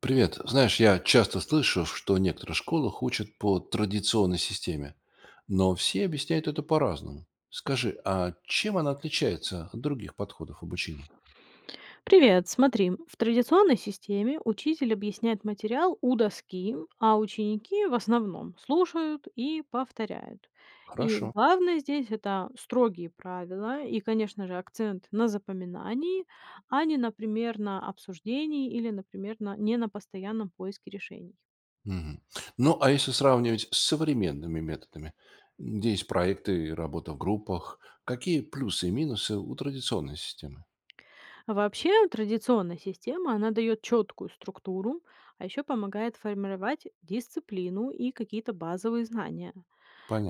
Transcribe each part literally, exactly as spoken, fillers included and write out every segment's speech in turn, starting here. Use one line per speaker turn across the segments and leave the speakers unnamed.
Привет. Знаешь, я часто слышу, что в некоторых школах учат по традиционной системе, но все объясняют это по-разному. Скажи, а чем она отличается от других подходов обучения?
Привет, смотри, в традиционной системе учитель объясняет материал у доски, а ученики в основном слушают и повторяют. И
Хорошо.
главное здесь это строгие правила и, конечно же, акцент на запоминании, а не, например, на обсуждении или, например, на, не на постоянном поиске решений.
Мгм. Ну, а если сравнивать с современными методами, где есть проекты и работа в группах, какие плюсы и минусы у традиционной системы?
А Вообще традиционная система, она дает четкую структуру, а еще помогает формировать дисциплину и какие-то базовые знания.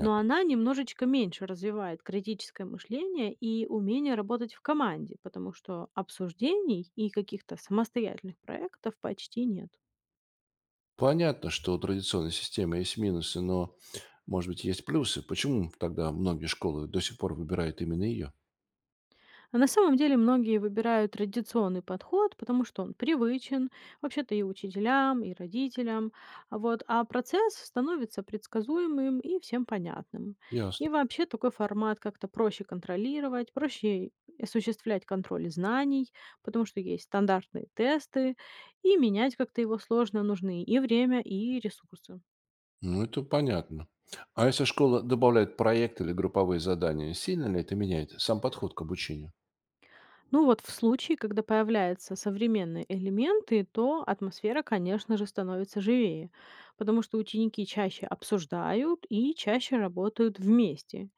Но она немножечко меньше развивает критическое мышление и умение работать в команде, потому что обсуждений и каких-то самостоятельных проектов почти нет.
Понятно, что у традиционной системы есть минусы, но, может быть, есть плюсы. Почему тогда многие школы до сих пор выбирают именно ее?
А на самом деле многие выбирают традиционный подход, потому что он привычен вообще-то и учителям, и родителям. А Вот. А процесс становится предсказуемым и всем понятным. И
Ясно.
вообще такой формат как-то проще контролировать, проще осуществлять контроль знаний, потому что есть стандартные тесты, и менять как-то его сложно, нужны и время, и ресурсы.
Ну, это понятно. А если школа добавляет проект или групповые задания, сильно ли это меняет сам подход к обучению?
Ну вот в случае, когда появляются современные элементы, то атмосфера, конечно же, становится живее, потому что ученики чаще обсуждают и чаще работают вместе.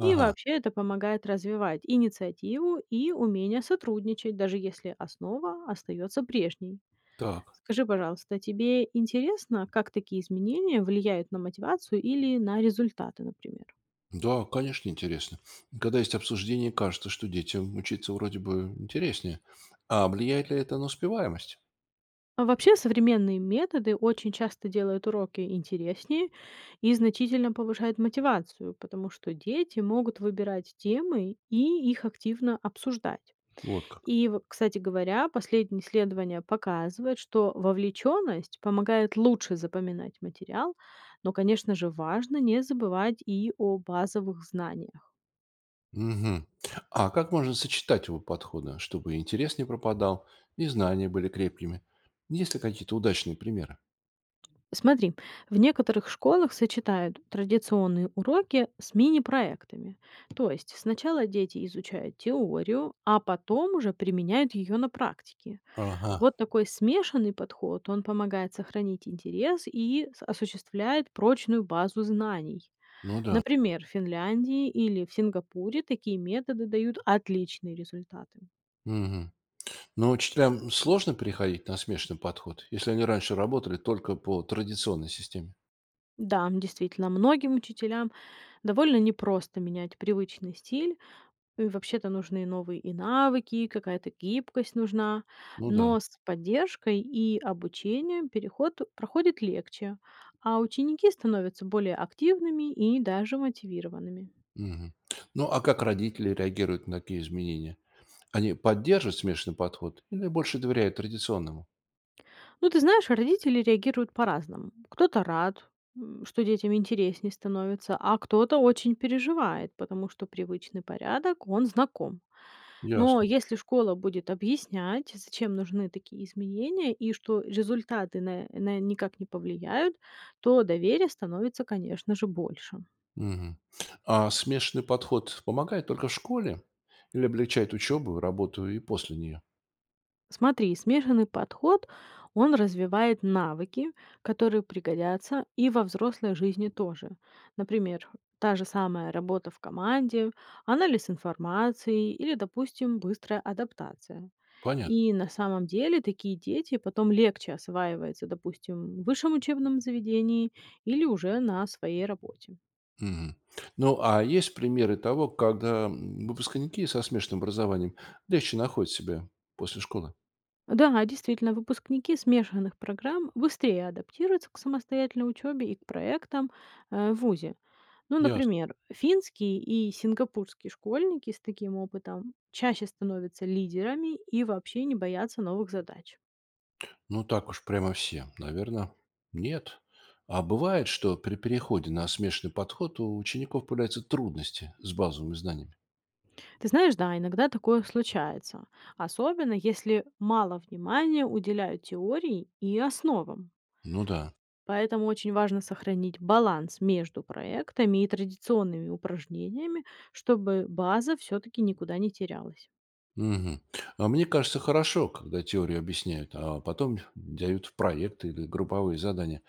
И вообще это помогает развивать инициативу и умение сотрудничать, даже если основа остается прежней.
так.
Скажи, пожалуйста, тебе интересно, как такие изменения влияют на мотивацию или на результаты, например?
Да, конечно, интересно. Когда есть обсуждение, кажется, что детям учиться вроде бы интереснее. А влияет ли это на успеваемость?
А вообще современные методы очень часто делают уроки интереснее и значительно повышают мотивацию, потому что дети могут выбирать темы и их активно обсуждать.
Вот как.
И, вот, кстати говоря, последние исследования показывают, что вовлеченность помогает лучше запоминать материал, но, конечно же, важно не забывать и о базовых знаниях.
Мгм. А как можно сочетать его подходы, чтобы интерес не пропадал и знания были крепкими? Есть ли какие-то удачные примеры?
Смотри, в некоторых школах сочетают традиционные уроки с мини-проектами. То есть сначала дети изучают теорию, а потом уже применяют ее на практике.
Ага,
Вот такой смешанный подход, он помогает сохранить интерес и с- осуществляет прочную базу знаний.
ну да.
Например, в Финляндии или в Сингапуре такие методы дают отличные результаты.
Мгм. Но учителям сложно переходить на смешанный подход, если они раньше работали только по традиционной системе?
Да, действительно, многим учителям довольно непросто менять привычный стиль. Ну и вообще-то нужны новые и навыки, какая-то гибкость нужна.
Ну да.
Но с поддержкой и обучением переход проходит легче, а ученики становятся более активными и даже мотивированными.
Мгм. Ну а как родители реагируют на такие изменения? Они поддерживают смешанный подход или больше доверяют традиционному?
Ну, ты знаешь, родители реагируют по-разному. Кто-то рад, м, что детям интереснее становится, а кто-то очень переживает, потому что привычный порядок, он знаком. Но
Ясно.
если школа будет объяснять, зачем нужны такие изменения и что результаты на, на никак не повлияют, то доверие становится, конечно же, больше.
Мгм. А смешанный подход помогает только в школе или облегчает учебу, работу и после нее?
Смотри, смешанный подход, он развивает навыки, которые пригодятся и во взрослой жизни тоже. Например, та же самая работа в команде, анализ информации или, допустим, быстрая адаптация.
Понятно.
И на самом деле такие дети потом легче осваиваются, допустим, в высшем учебном заведении или уже на своей работе.
Мгм. Ну, а есть примеры того, когда м, выпускники со смешанным образованием легче находят себя после школы?
Да, действительно, выпускники смешанных программ быстрее адаптируются к самостоятельной учебе и к проектам э, в ВУЗе. Ну,
Ясно.
например, финские и сингапурские школьники с таким опытом чаще становятся лидерами и вообще не боятся новых задач.
Ну, так уж прямо все, наверное, нет. А бывает, что при переходе на смешанный подход у учеников появляются трудности с базовыми знаниями.
Ты знаешь, да, иногда такое случается, особенно если мало внимания уделяют теории и основам.
Ну да.
Поэтому очень важно сохранить баланс между проектами и традиционными упражнениями, чтобы база все-таки никуда не терялась.
Мгм. А мне кажется, хорошо, когда теорию объясняют, а потом дают проекты или групповые задания.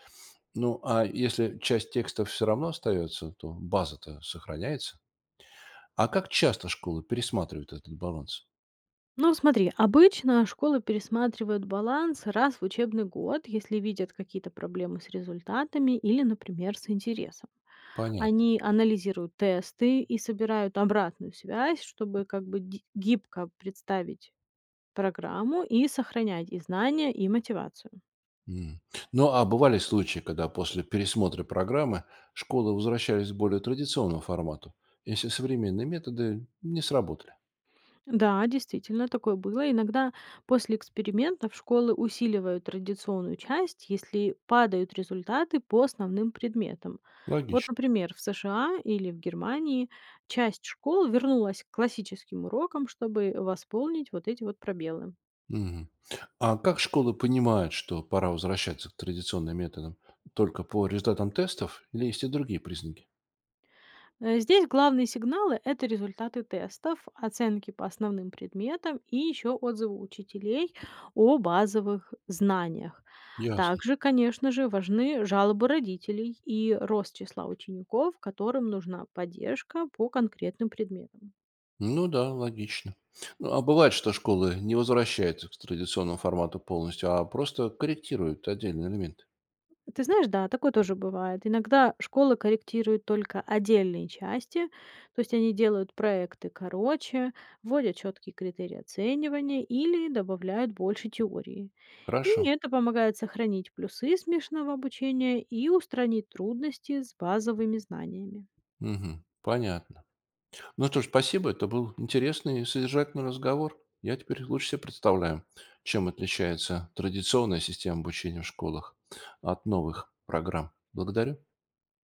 Ну, а если часть текста все равно остается, то база-то сохраняется. А как часто школы пересматривают этот баланс?
Ну, смотри, обычно школы пересматривают баланс раз в учебный год, если видят какие-то проблемы с результатами или, например, с интересом.
Понятно.
Они анализируют тесты и собирают обратную связь, чтобы как бы ги- гибко представить программу и сохранять и знания, и мотивацию.
М. Ну, а бывали случаи, когда после пересмотра программы школы возвращались к более традиционному формату, если современные методы не сработали?
Да, действительно, такое было. Иногда после экспериментов школы усиливают традиционную часть, если падают результаты по основным предметам. Вот,
Логично.
например, в С Ш А или в Германии часть школ вернулась к классическим урокам, чтобы восполнить вот эти вот пробелы.
Мгм. А как школы понимают, что пора возвращаться к традиционным методам? Только по результатам тестов или есть и другие признаки?
Э, Здесь главные сигналы — это результаты тестов, оценки по основным предметам и еще отзывы учителей о базовых знаниях.
Ясно.
Также, конечно же, важны жалобы родителей и рост числа учеников, которым нужна поддержка по конкретным предметам.
Ну да, логично. Ну, а бывает, что школы не возвращаются к традиционному формату полностью, а просто корректируют отдельные элементы.
Ты знаешь, да, такое тоже бывает. Иногда школы корректируют только отдельные части, то есть они делают проекты короче, вводят четкие критерии оценивания или добавляют больше теории. И
Хорошо.
это помогает сохранить плюсы смешанного обучения и устранить трудности с базовыми знаниями.
Мгм. Понятно. Ну что ж, спасибо. Это был интересный и содержательный разговор. Я теперь лучше себе представляю, чем отличается традиционная система обучения в школах от новых программ. Благодарю.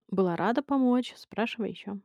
Была рада помочь. Спрашивай еще.